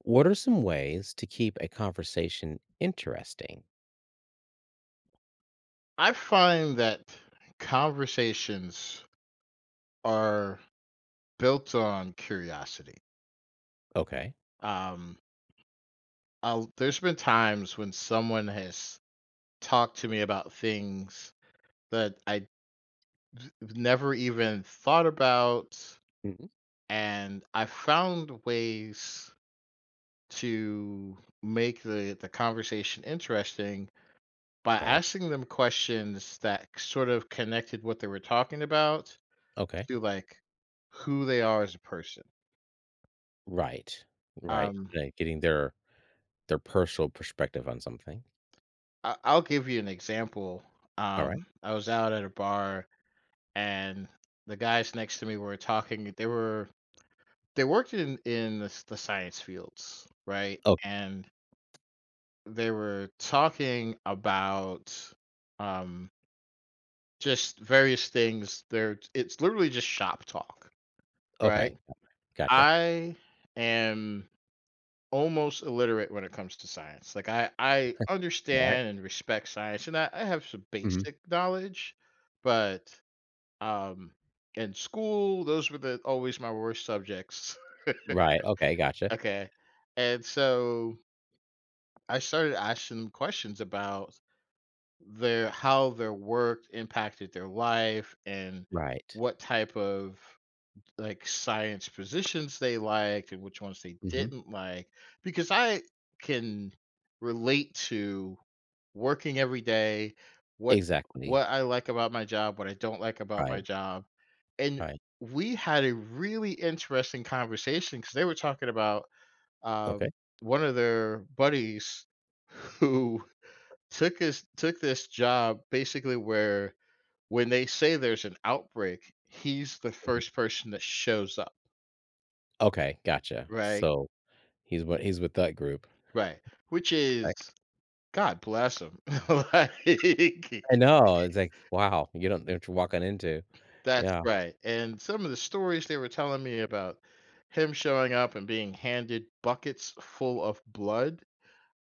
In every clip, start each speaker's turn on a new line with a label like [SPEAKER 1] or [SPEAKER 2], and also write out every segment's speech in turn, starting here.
[SPEAKER 1] What are some ways to keep a conversation interesting?
[SPEAKER 2] I find that conversations are built on curiosity.
[SPEAKER 1] Okay.
[SPEAKER 2] Um, there's been times when someone has talked to me about things that I never even thought about,
[SPEAKER 1] Hmm.
[SPEAKER 2] and I found ways to make the conversation interesting by
[SPEAKER 1] Right.
[SPEAKER 2] asking them questions that sort of connected what they were talking about
[SPEAKER 1] Okay.
[SPEAKER 2] to like who they are as a person.
[SPEAKER 1] Right. Right.
[SPEAKER 2] Um,
[SPEAKER 1] Like getting their personal perspective on something.
[SPEAKER 2] I'll give you an example.
[SPEAKER 1] All right.
[SPEAKER 2] I was out at a bar and the guys next to me were talking. They worked in the, the science fields, right?
[SPEAKER 1] Oh,
[SPEAKER 2] And they were talking about um just various things. They're it's literally just shop talk, right?
[SPEAKER 1] okay. Gotcha.
[SPEAKER 2] I am almost illiterate when it comes to science. Like I
[SPEAKER 1] All right.
[SPEAKER 2] understand and respect science and I have some
[SPEAKER 1] Hmm.
[SPEAKER 2] basic knowledge, but um in school those were the always my worst subjects.
[SPEAKER 1] Right. Okay. Gotcha.
[SPEAKER 2] Okay. And so I started asking them questions about their how their work impacted their life and
[SPEAKER 1] Right.
[SPEAKER 2] what type of like science positions they liked and which ones they
[SPEAKER 1] Hmm.
[SPEAKER 2] didn't like because I can relate to working every day, what
[SPEAKER 1] Exactly.
[SPEAKER 2] what I like about my job, what I don't like about my
[SPEAKER 1] Right.
[SPEAKER 2] job. And
[SPEAKER 1] Right.
[SPEAKER 2] we had a really interesting conversation because they were talking about
[SPEAKER 1] Okay.
[SPEAKER 2] um, one of their buddies who took this job basically where when they say there's an outbreak, he's the
[SPEAKER 1] Mhm.
[SPEAKER 2] first person that shows up.
[SPEAKER 1] Okay. Gotcha.
[SPEAKER 2] Right,
[SPEAKER 1] So he's what he's with that group.
[SPEAKER 2] right, which is,
[SPEAKER 1] Right.
[SPEAKER 2] God bless 'em, like,
[SPEAKER 1] I know. It's like wow. You don't know what you're walking into.
[SPEAKER 2] that's
[SPEAKER 1] Yeah.
[SPEAKER 2] right, and some of the stories they were telling me about him showing up and being handed buckets full of blood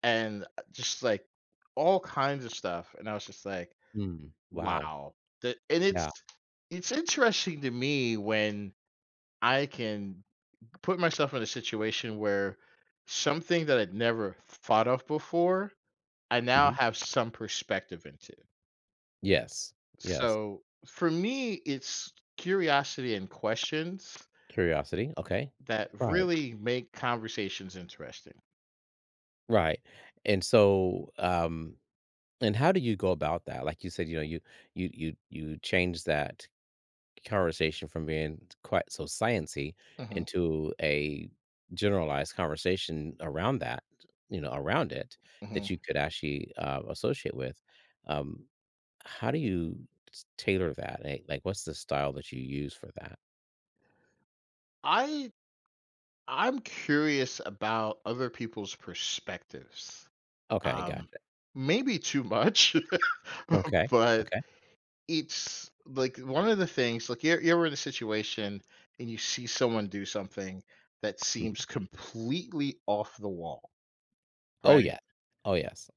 [SPEAKER 2] and, just, like, all kinds of stuff, and I was just like,
[SPEAKER 1] Mm, wow.
[SPEAKER 2] "Wow." That and
[SPEAKER 1] Yeah.
[SPEAKER 2] it's interesting to me when I can put myself in a situation where something that I'd never thought of before, I now have some perspective into.
[SPEAKER 1] Yes, yes.
[SPEAKER 2] So for me, it's curiosity and questions
[SPEAKER 1] Curiosity, okay.
[SPEAKER 2] that
[SPEAKER 1] Right.
[SPEAKER 2] really make conversations interesting.
[SPEAKER 1] Right, and so, and how do you go about that? Like you said, you know, you change that conversation from being quite so sciency
[SPEAKER 2] hmm
[SPEAKER 1] into a generalized conversation around that, you know, around it
[SPEAKER 2] hmm
[SPEAKER 1] that you could actually, associate with. Um, how do you s tailor that? Eh, like, what's the style that you use for that?
[SPEAKER 2] I I'm curious about other people's perspectives.
[SPEAKER 1] Okay,
[SPEAKER 2] Um
[SPEAKER 1] gotcha.
[SPEAKER 2] Maybe too much,
[SPEAKER 1] Okay,
[SPEAKER 2] but
[SPEAKER 1] okay.
[SPEAKER 2] it's like one of the things like you're in a situation and you see someone do something that
[SPEAKER 1] Mhm.
[SPEAKER 2] seems completely off the wall,
[SPEAKER 1] Oh,
[SPEAKER 2] right?
[SPEAKER 1] yeah. Oh, yes.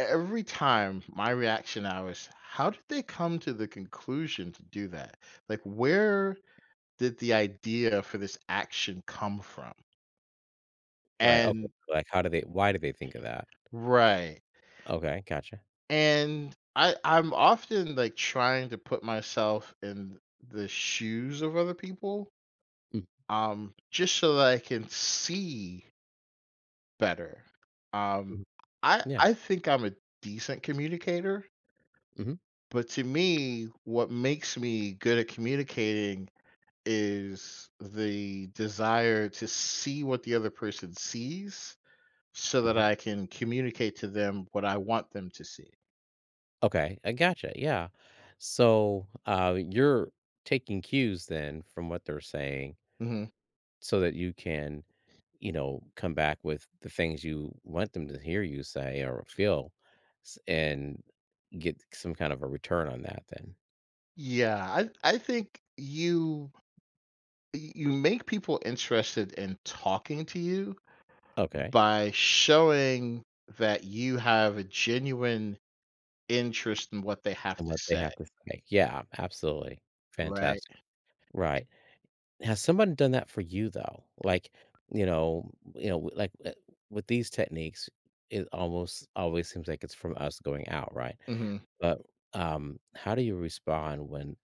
[SPEAKER 2] Every time my reaction now is, how did they come to the conclusion to do that, like where did the idea for this action come from?
[SPEAKER 1] Right, okay.
[SPEAKER 2] And
[SPEAKER 1] Like, how do they why do they think of that?
[SPEAKER 2] right,
[SPEAKER 1] Okay, gotcha.
[SPEAKER 2] and I'm often like trying to put myself in the shoes of other people,
[SPEAKER 1] Mm,
[SPEAKER 2] just so that I can see better. um
[SPEAKER 1] mhm.
[SPEAKER 2] i
[SPEAKER 1] Yeah.
[SPEAKER 2] i think I'm a decent communicator,
[SPEAKER 1] Mhm,
[SPEAKER 2] but to me what makes me good at communicating is the desire to see what the other person sees so that
[SPEAKER 1] mhm.
[SPEAKER 2] I can communicate to them what I want them to see.
[SPEAKER 1] Okay, I gotcha, yeah. So, you're taking cues then from what they're saying
[SPEAKER 2] hmm
[SPEAKER 1] so that you can, you know, come back with the things you want them to hear you say or feel s and get some kind of a return on that then.
[SPEAKER 2] Yeah, I think you make people interested in talking to you
[SPEAKER 1] Okay,
[SPEAKER 2] by showing that you have a genuine interest in what they have
[SPEAKER 1] and
[SPEAKER 2] to
[SPEAKER 1] what they
[SPEAKER 2] say,
[SPEAKER 1] have to say. Yeah, absolutely.
[SPEAKER 2] right?
[SPEAKER 1] Fantastic. Right. Has someone done that for you though? Like, you know, like with these techniques, it almost always seems like it's from us going out, right?
[SPEAKER 2] hmm
[SPEAKER 1] But how do you respond when,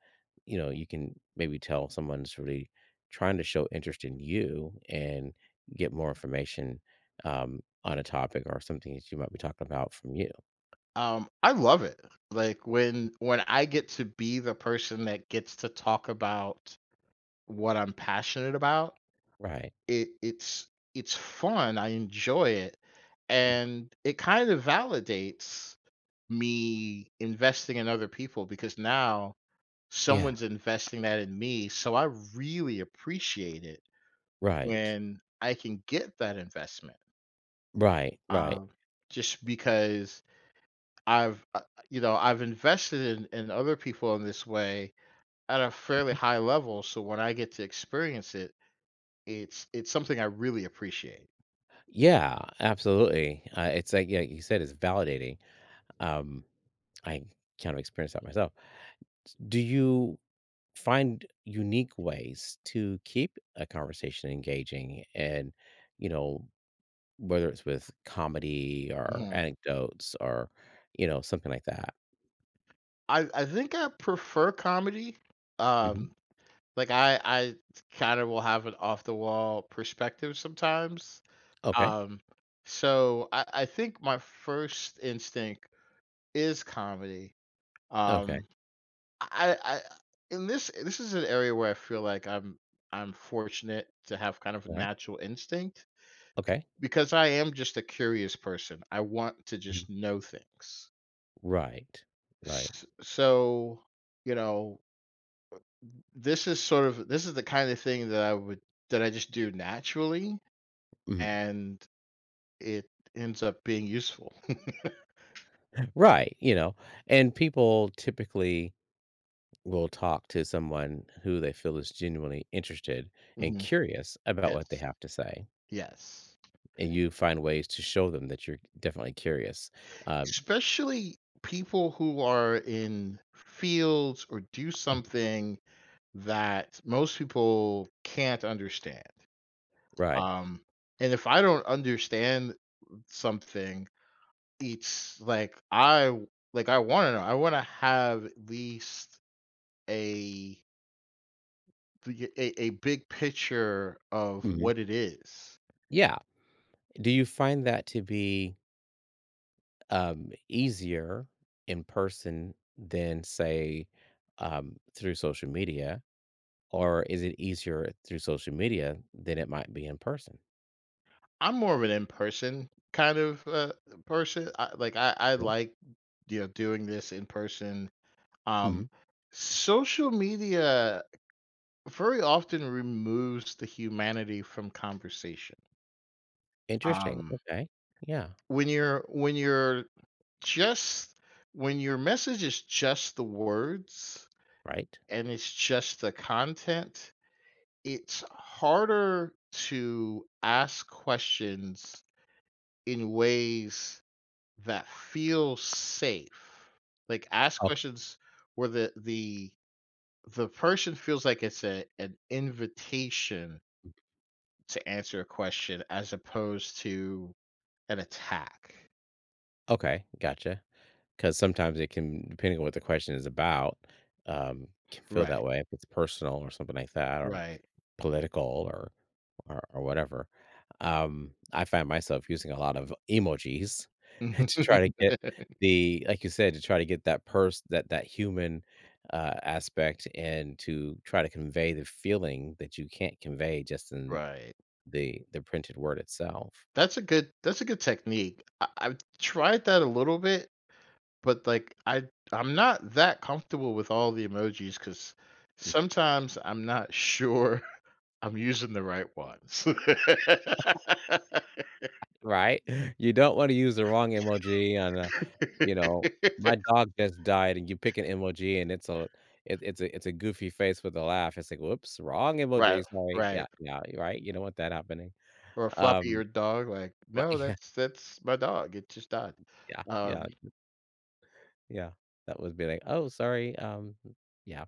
[SPEAKER 1] you know, you can maybe tell someone's really trying to show interest in you and get more information on a topic or something that you might be talking about from you,
[SPEAKER 2] I love it. Like when I get to be the person that gets to talk about what I'm passionate about,
[SPEAKER 1] right?
[SPEAKER 2] it it's it's fun, I enjoy it,
[SPEAKER 1] Mhm.
[SPEAKER 2] and it kind of validates me investing in other people because now
[SPEAKER 1] Yeah,
[SPEAKER 2] someone's investing that in me, so I really appreciate it
[SPEAKER 1] right.
[SPEAKER 2] when I can get that investment,
[SPEAKER 1] Right, right.
[SPEAKER 2] um, just because I've, uh, you know, I've invested in other people in this way at a fairly high level, so when I get to experience it, it's something I really appreciate.
[SPEAKER 1] Yeah, absolutely. It's like yeah, you said it's validating. Um, I kind of experienced that myself. Do you find unique ways to keep a conversation engaging and, you know, whether it's with comedy or
[SPEAKER 2] Mhm.
[SPEAKER 1] anecdotes or, you know, something like that?
[SPEAKER 2] I think I prefer comedy.
[SPEAKER 1] Hmm.
[SPEAKER 2] Um, like I kind of will have an off the wall perspective sometimes.
[SPEAKER 1] Okay.
[SPEAKER 2] Um, so I think my first instinct is comedy.
[SPEAKER 1] Okay.
[SPEAKER 2] Um, I in this, this is an area where I feel like I'm fortunate to have kind of a
[SPEAKER 1] All right.
[SPEAKER 2] natural instinct be-
[SPEAKER 1] Okay.
[SPEAKER 2] because I am just a curious person. I want to
[SPEAKER 1] Mhm.
[SPEAKER 2] just know things.
[SPEAKER 1] Right. Right.
[SPEAKER 2] S so, you know, this is sort of, this is the kind of thing that I would that I just do naturally,
[SPEAKER 1] Hmm.
[SPEAKER 2] and it ends up being useful.
[SPEAKER 1] Right. You know, and people typically will talk to someone who they feel is genuinely interested and
[SPEAKER 2] Mhm.
[SPEAKER 1] curious about what they
[SPEAKER 2] Yes.
[SPEAKER 1] have to say.
[SPEAKER 2] Yes.
[SPEAKER 1] And you find ways to show them that you're definitely curious. Uh,
[SPEAKER 2] Especially people who are in fields or do
[SPEAKER 1] Mhm.
[SPEAKER 2] something that most people can't understand.
[SPEAKER 1] Right.
[SPEAKER 2] Um, and if I don't understand something, it's like I wanna know. I wanna have at least a a big picture of
[SPEAKER 1] Mhm.
[SPEAKER 2] what it is.
[SPEAKER 1] Yeah. Do you find that to be easier in person than, say, through social media? Or is it easier through social media than it might be in person?
[SPEAKER 2] I'm more of an in person kind of person. I
[SPEAKER 1] Okay.
[SPEAKER 2] like, you know, doing this in person. Um,
[SPEAKER 1] Mhm.
[SPEAKER 2] social media very often removes the humanity from conversation.
[SPEAKER 1] Interesting.
[SPEAKER 2] Um,
[SPEAKER 1] Okay. Yeah.
[SPEAKER 2] when you're just, when your message is just the words
[SPEAKER 1] Right.
[SPEAKER 2] and it's just the content, it's harder to ask questions in ways that feel safe. Like ask
[SPEAKER 1] Oh,
[SPEAKER 2] questions where the person feels like it's a an invitation to answer a question as opposed to an attack.
[SPEAKER 1] okay. Gotcha. Because sometimes it can, depending on what the question is about, can feel that
[SPEAKER 2] Right.
[SPEAKER 1] way if it's personal or something like that, or
[SPEAKER 2] Right.
[SPEAKER 1] political or whatever, I find myself using a lot of emojis to try to get the like you said, to try to get that pers that that human, aspect and to try to convey the feeling that you can't convey just in
[SPEAKER 2] Right.
[SPEAKER 1] the printed word itself.
[SPEAKER 2] That's a good technique. I've tried that a little bit, but, like, I'm not that comfortable with all the emojis because sometimes I'm not sure I'm using the right ones.
[SPEAKER 1] Right? You don't wanna use the wrong emoji on a you know, my dog just died and you pick an emoji and it's a it it's a goofy face with a laugh. It's like, "Whoops, wrong
[SPEAKER 2] Right,
[SPEAKER 1] emoji, sorry."
[SPEAKER 2] right.
[SPEAKER 1] Yeah, yeah, you're right? You don't want that happening.
[SPEAKER 2] Or a
[SPEAKER 1] Um,
[SPEAKER 2] floppy-eared dog, like,
[SPEAKER 1] but
[SPEAKER 2] "No,
[SPEAKER 1] yeah,
[SPEAKER 2] that's my dog, it just died."
[SPEAKER 1] yeah, yeah,
[SPEAKER 2] Um,
[SPEAKER 1] yeah. That would be like, "Oh, sorry, um," yeah.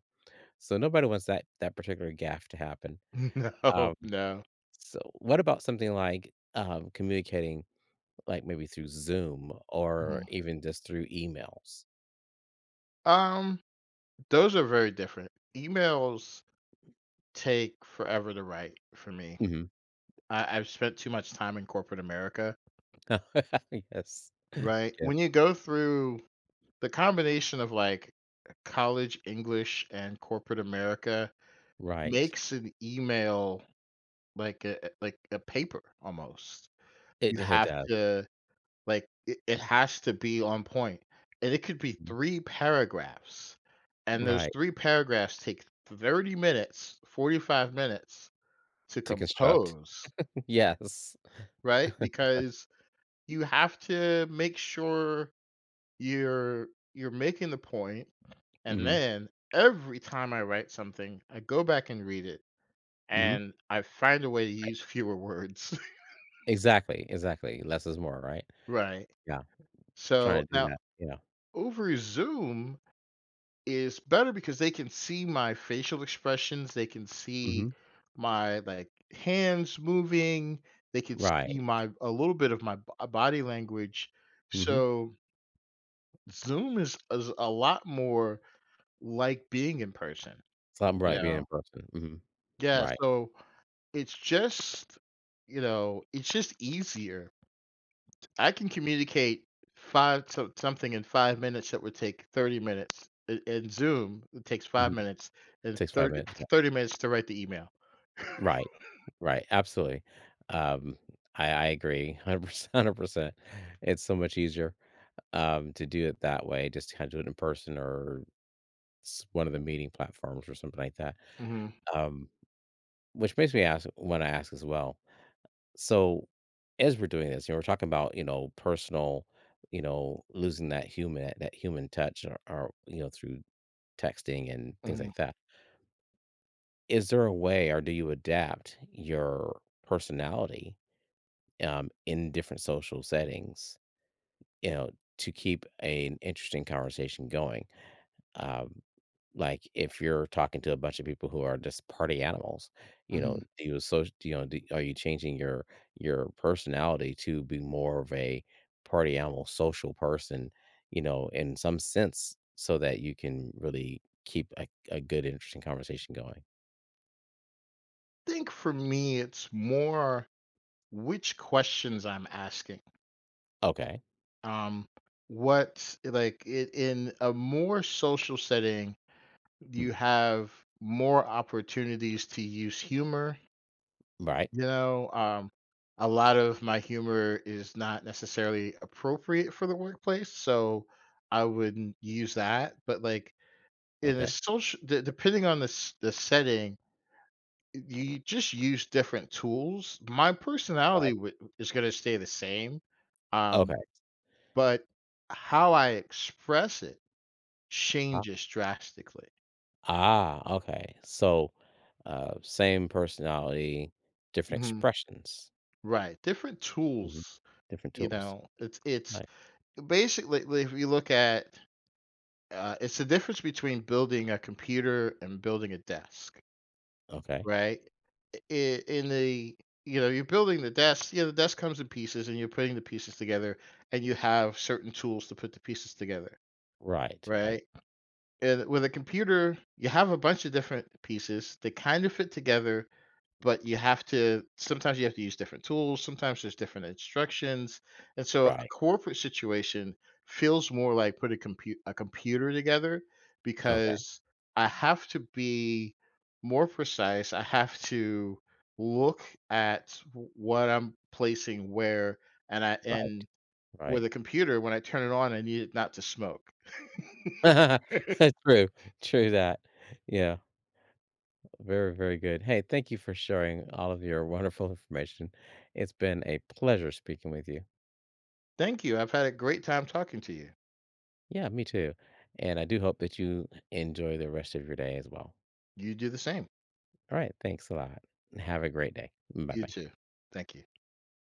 [SPEAKER 1] So nobody wants that that particular gaffe to happen.
[SPEAKER 2] no,
[SPEAKER 1] Um,
[SPEAKER 2] no.
[SPEAKER 1] so what about something like, communicating, like, maybe through Zoom
[SPEAKER 2] Mhm.
[SPEAKER 1] or even just through emails?
[SPEAKER 2] Um, those are very different. Emails take forever to write for me.
[SPEAKER 1] Mhm.
[SPEAKER 2] I've spent too much time in corporate America,
[SPEAKER 1] Yes.
[SPEAKER 2] right?
[SPEAKER 1] Yeah,
[SPEAKER 2] When you go through the combination of, like, college English and corporate America
[SPEAKER 1] right.
[SPEAKER 2] makes an email like a paper almost. You
[SPEAKER 1] It
[SPEAKER 2] have
[SPEAKER 1] does.
[SPEAKER 2] to, like, it has to be on point, and it could be
[SPEAKER 1] Mhm.
[SPEAKER 2] 3 paragraphs, and those
[SPEAKER 1] Right,
[SPEAKER 2] 3 paragraphs take 30 minutes, 45 minutes to
[SPEAKER 1] to construct.
[SPEAKER 2] compose,
[SPEAKER 1] Yes.
[SPEAKER 2] right? Because you have to make sure you're you're making the point. And
[SPEAKER 1] Mhm,
[SPEAKER 2] then every time I write something, I go back and read it
[SPEAKER 1] mhm.
[SPEAKER 2] and I find a way to
[SPEAKER 1] Right.
[SPEAKER 2] use fewer words.
[SPEAKER 1] Exactly, exactly. Less is more, right?
[SPEAKER 2] Right.
[SPEAKER 1] Yeah,
[SPEAKER 2] So
[SPEAKER 1] trying to do
[SPEAKER 2] now
[SPEAKER 1] that, yeah.
[SPEAKER 2] over Zoom is better because they can see my facial expressions, they can see
[SPEAKER 1] Mhm.
[SPEAKER 2] my like hands moving, they can see
[SPEAKER 1] Right.
[SPEAKER 2] my a little bit of my body language.
[SPEAKER 1] Mhm.
[SPEAKER 2] So Zoom is a lot more like being in person,
[SPEAKER 1] It's something
[SPEAKER 2] you
[SPEAKER 1] right being
[SPEAKER 2] know.
[SPEAKER 1] in person. Mhm.
[SPEAKER 2] Yeah,
[SPEAKER 1] Right.
[SPEAKER 2] so it's just, you know, it's just easier. I can communicate 5 so something in 5 minutes that would take 30 minutes. In Zoom, it takes 5
[SPEAKER 1] Mhm.
[SPEAKER 2] minutes and
[SPEAKER 1] Takes 5
[SPEAKER 2] thirty
[SPEAKER 1] minutes, yeah.
[SPEAKER 2] thirty minutes to write the email.
[SPEAKER 1] Right. Right, absolutely. Um, I agree 100%, 100%. It's so much easier, to do it that way, just kinda do it in person or s one of the meeting platforms or something like that.
[SPEAKER 2] Mhm,
[SPEAKER 1] Um, which makes me ask want to ask as well. So, as we're doing this, you know, we're talking about, you know, personal, you know, losing that human touch or you know, through texting and things
[SPEAKER 2] mhm,
[SPEAKER 1] like that. Is there a way or do you adapt your personality in different social settings, you know, to keep an interesting conversation going? Um, like, if you're talking to a bunch of people who are just party animals, you know,
[SPEAKER 2] mhm.
[SPEAKER 1] do you associate, you know, do, are you changing your personality to be more of a party animal, social person, you know, in some sense, so that you can really keep a good, interesting conversation going?
[SPEAKER 2] Think for me, it's more which questions I'm asking.
[SPEAKER 1] Okay.
[SPEAKER 2] Um, what like, it in a more social setting, you
[SPEAKER 1] Hmm.
[SPEAKER 2] have more opportunities to use humor.
[SPEAKER 1] Right.
[SPEAKER 2] You know, a lot of my humor is not necessarily appropriate for the workplace, so I wouldn't use that. But like in a
[SPEAKER 1] Okay.
[SPEAKER 2] social, depending on the the setting, you just use different tools. My
[SPEAKER 1] Right.
[SPEAKER 2] personality is going to stay the same, um,
[SPEAKER 1] Okay.
[SPEAKER 2] but how I express it changes drastically.
[SPEAKER 1] Ah, ah, okay. So, same personality, different
[SPEAKER 2] Mhm.
[SPEAKER 1] expressions,
[SPEAKER 2] Right, different
[SPEAKER 1] mhm,
[SPEAKER 2] tools.
[SPEAKER 1] different
[SPEAKER 2] You
[SPEAKER 1] tools.
[SPEAKER 2] know, it's basically like, if you look at, it's the difference between building a computer and building a desk,
[SPEAKER 1] Okay.
[SPEAKER 2] right? I- In the You know, you're building the desk. You know the desk comes in pieces, and you're putting the pieces together, and you have certain tools to put the pieces together,
[SPEAKER 1] Right, right,
[SPEAKER 2] right? And with a computer, you have a bunch of different pieces. They kind of fit together, but you have to, sometimes you have to use different tools, sometimes there's different instructions, and so a
[SPEAKER 1] right.
[SPEAKER 2] corporate situation feels more like put a computer together
[SPEAKER 1] Okay,
[SPEAKER 2] because I have to be more precise, I have to look at w what I'm placing where, and I
[SPEAKER 1] right,
[SPEAKER 2] and with
[SPEAKER 1] right.
[SPEAKER 2] a computer, when I turn it on, I need it not to smoke.
[SPEAKER 1] True, true that. Yeah, very, very good. Hey, thank you for sharing all of your wonderful information. It's been a pleasure speaking with you.
[SPEAKER 2] Thank you, I've had a great time talking to you.
[SPEAKER 1] Yeah, me too. And I do hope that you enjoy the rest of your day as well.
[SPEAKER 2] You do the same.
[SPEAKER 1] All right, thanks a lot. Have a great day. Bye
[SPEAKER 2] You
[SPEAKER 1] bye.
[SPEAKER 2] too. Thank you.